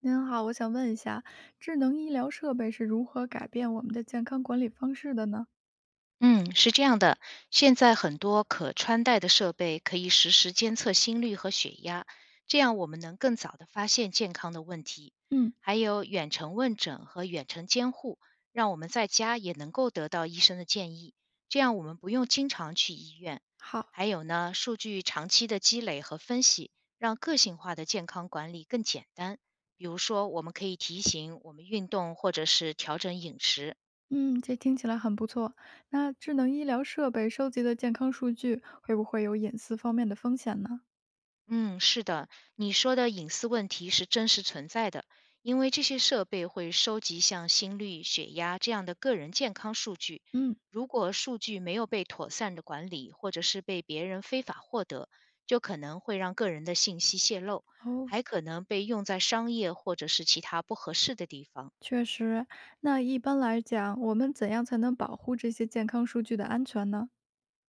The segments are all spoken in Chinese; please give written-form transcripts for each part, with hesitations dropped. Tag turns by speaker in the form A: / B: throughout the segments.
A: 您好，我想问一下，智能医疗设备是如何改变我们的健康管理方式的呢？
B: 嗯，是这样的，现在很多可穿戴的设备可以实时监测心率和血压，这样我们能更早的发现健康的问题。
A: 嗯，
B: 还有远程问诊和远程监护，让我们在家也能够得到医生的建议，这样我们不用经常去医院。
A: 好，
B: 还有呢，数据长期的积累和分析，让个性化的健康管理更简单。比如说，我们可以提醒我们运动，或者是调整饮食。
A: 嗯，这听起来很不错。那智能医疗设备收集的健康数据会不会有隐私方面的风险呢？
B: 嗯，是的，你说的隐私问题是真实存在的，因为这些设备会收集像心率、血压这样的个人健康数据。
A: 嗯，
B: 如果数据没有被妥善的管理，或者是被别人非法获得，就可能会让个人的信息泄露，
A: 哦，
B: 还可能被用在商业或者是其他不合适的地方。
A: 确实。那一般来讲，我们怎样才能保护这些健康数据的安全呢？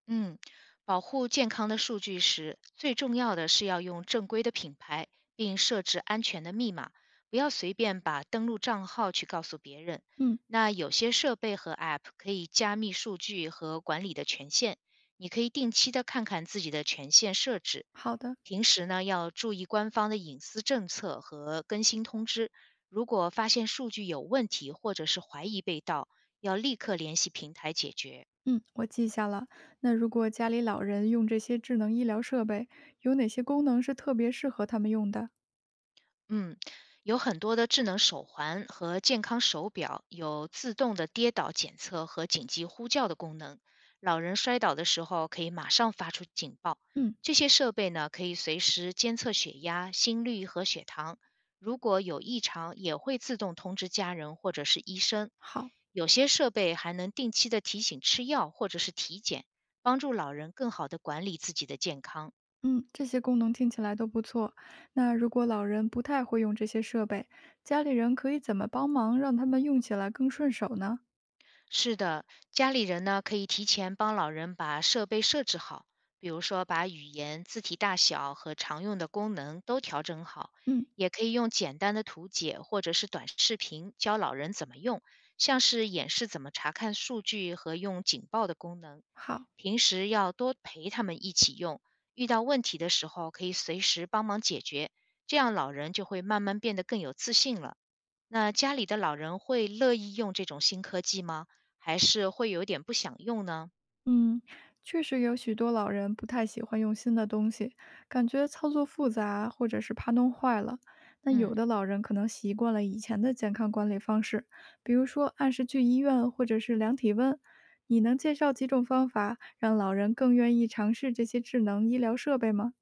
B: 嗯，保护健康的数据时，最重要的是要用正规的品牌，并设置安全的密码，不要随便把登录账号去告诉别人。
A: 嗯，
B: 那有些设备和 App 可以加密数据和管理的权限，你可以定期的看看自己的权限设置。
A: 好的。
B: 平时呢，要注意官方的隐私政策和更新通知。如果发现数据有问题或者是怀疑被盗，要立刻联系平台解决。
A: 嗯，我记下了。那如果家里老人用这些智能医疗设备，有哪些功能是特别适合他们用的？
B: 嗯，有很多的智能手环和健康手表有自动的跌倒检测和紧急呼叫的功能。老人摔倒的时候可以马上发出警报。
A: 嗯，
B: 这些设备呢，可以随时监测血压、心率和血糖，如果有异常，也会自动通知家人或者是医生。
A: 好。
B: 有些设备还能定期的提醒吃药或者是体检，帮助老人更好的管理自己的健康。
A: 嗯，这些功能听起来都不错。那如果老人不太会用这些设备，家里人可以怎么帮忙让他们用起来更顺手呢？
B: 是的，家里人呢可以提前帮老人把设备设置好，比如说把语言、字体大小和常用的功能都调整好，
A: 嗯，
B: 也可以用简单的图解或者是短视频教老人怎么用，像是演示怎么查看数据和用警报的功能。
A: 好，
B: 平时要多陪他们一起用，遇到问题的时候可以随时帮忙解决，这样老人就会慢慢变得更有自信了。那家里的老人会乐意用这种新科技吗？还是会有点不想用呢？
A: 嗯，确实有许多老人不太喜欢用新的东西，感觉操作复杂，或者是怕弄坏了。那有
B: 嗯，
A: 的老人可能习惯了以前的健康管理方式，比如说按时去医院或者是量体温。你能介绍几种方法让老人更愿意尝试这些智能医疗设备吗？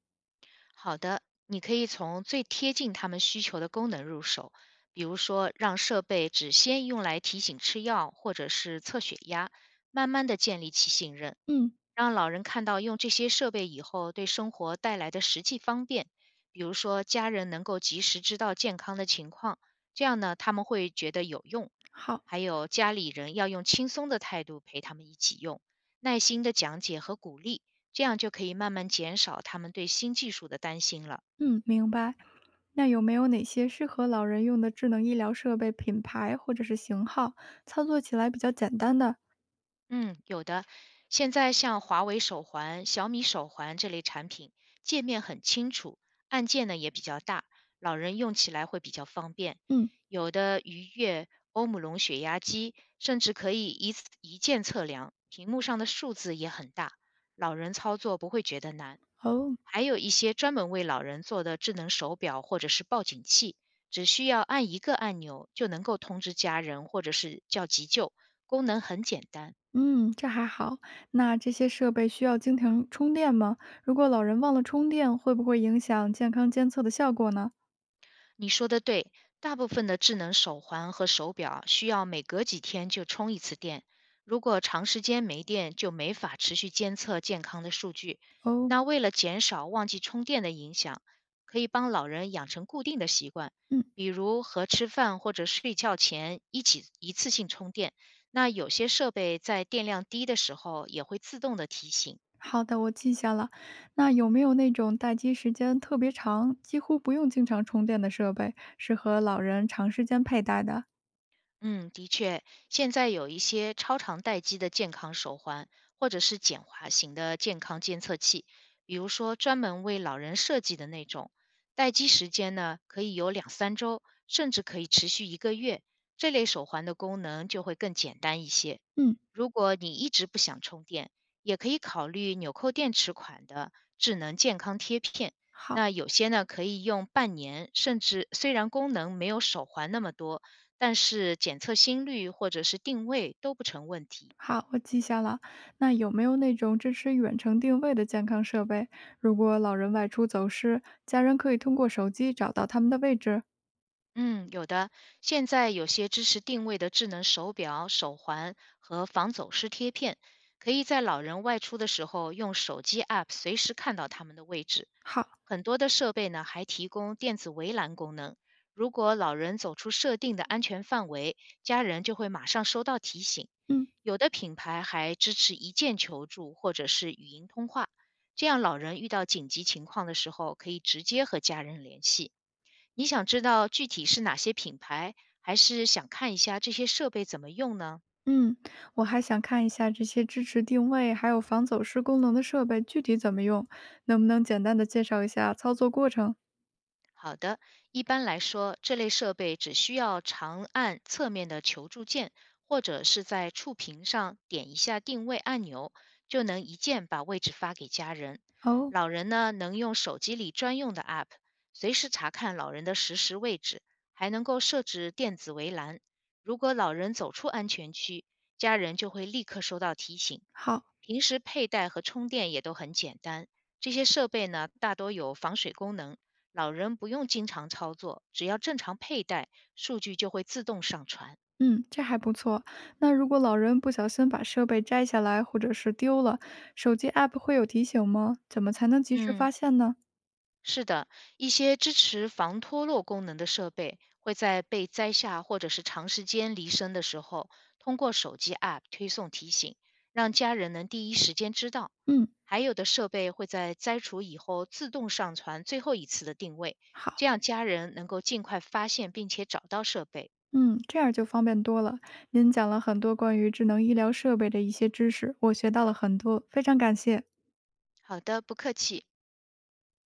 B: 好的，你可以从最贴近他们需求的功能入手，比如说让设备只先用来提醒吃药或者是测血压，慢慢的建立起信任，
A: 嗯，
B: 让老人看到用这些设备以后对生活带来的实际方便，比如说家人能够及时知道健康的情况，这样呢他们会觉得有用。
A: 好。
B: 还有家里人要用轻松的态度陪他们一起用，耐心的讲解和鼓励，这样就可以慢慢减少他们对新技术的担心了。
A: 嗯，明白。那有没有哪些适合老人用的智能医疗设备品牌或者是型号，操作起来比较简单的？
B: 嗯，有的。现在像华为手环、小米手环这类产品，界面很清楚，按键呢也比较大，老人用起来会比较方便。
A: 嗯，
B: 有的鱼跃欧姆龙血压机，甚至可以一次一键测量，屏幕上的数字也很大，老人操作不会觉得难。
A: 哦，
B: 还有一些专门为老人做的智能手表或者是报警器，只需要按一个按钮就能够通知家人或者是叫急救，功能很简单。
A: 嗯，这还好。那这些设备需要经常充电吗？如果老人忘了充电，会不会影响健康监测的效果呢？
B: 你说的对，大部分的智能手环和手表需要每隔几天就充一次电，如果长时间没电，就没法持续监测健康的数据。
A: 哦，
B: 那为了减少忘记充电的影响，可以帮老人养成固定的习惯，
A: 嗯，
B: 比如和吃饭或者睡觉前一起一次性充电。那有些设备在电量低的时候也会自动的提醒。
A: 好的，我记下了。那有没有那种待机时间特别长，几乎不用经常充电的设备，适合老人长时间佩戴的？
B: 嗯，的确，现在有一些超长待机的健康手环，或者是简滑型的健康监测器，比如说专门为老人设计的那种，待机时间呢可以有两三周，甚至可以持续一个月。这类手环的功能就会更简单一些。
A: 嗯，
B: 如果你一直不想充电，也可以考虑纽扣电池款的智能健康贴片。
A: 好。
B: 那有些呢可以用半年，甚至虽然功能没有手环那么多。但是检测心率或者是定位都不成问题。
A: 好，我记下了。那有没有那种支持远程定位的健康设备？如果老人外出走失，家人可以通过手机找到他们的位置。
B: 嗯，有的。现在有些支持定位的智能手表、手环和防走失贴片，可以在老人外出的时候用手机 App 随时看到他们的位置。
A: 好，
B: 很多的设备呢还提供电子围栏功能，如果老人走出设定的安全范围，家人就会马上收到提醒。
A: 嗯
B: 有的品牌还支持一键求助或者是语音通话，这样老人遇到紧急情况的时候可以直接和家人联系。你想知道具体是哪些品牌，还是想看一下这些设备怎么用呢？
A: 嗯，我还想看一下这些支持定位还有防走失功能的设备具体怎么用，能不能简单的介绍一下操作过程？
B: 好的，一般来说，这类设备只需要长按侧面的求助键，或者是在触屏上点一下定位按钮，就能一键把位置发给家人。
A: 哦，
B: 老人呢，能用手机里专用的 App，随时查看老人的实时位置，还能够设置电子围栏。如果老人走出安全区，家人就会立刻收到提醒。
A: 好。
B: 平时佩戴和充电也都很简单。这些设备呢，大多有防水功能，老人不用经常操作，只要正常佩戴，数据就会自动上传。
A: 嗯，这还不错。那如果老人不小心把设备摘下来或者是丢了，手机 app 会有提醒吗？怎么才能及时
B: 嗯，
A: 发现呢？
B: 是的，一些支持防脱落功能的设备会在被摘下或者是长时间离身的时候，通过手机 App 推送提醒，让家人能第一时间知道。
A: 嗯，
B: 还有的设备会在摘除以后自动上传最后一次的定位，
A: 好。
B: 这样家人能够尽快发现并且找到设备。
A: 嗯，这样就方便多了。您讲了很多关于智能医疗设备的一些知识，我学到了很多，非常感谢。
B: 好的，不客气。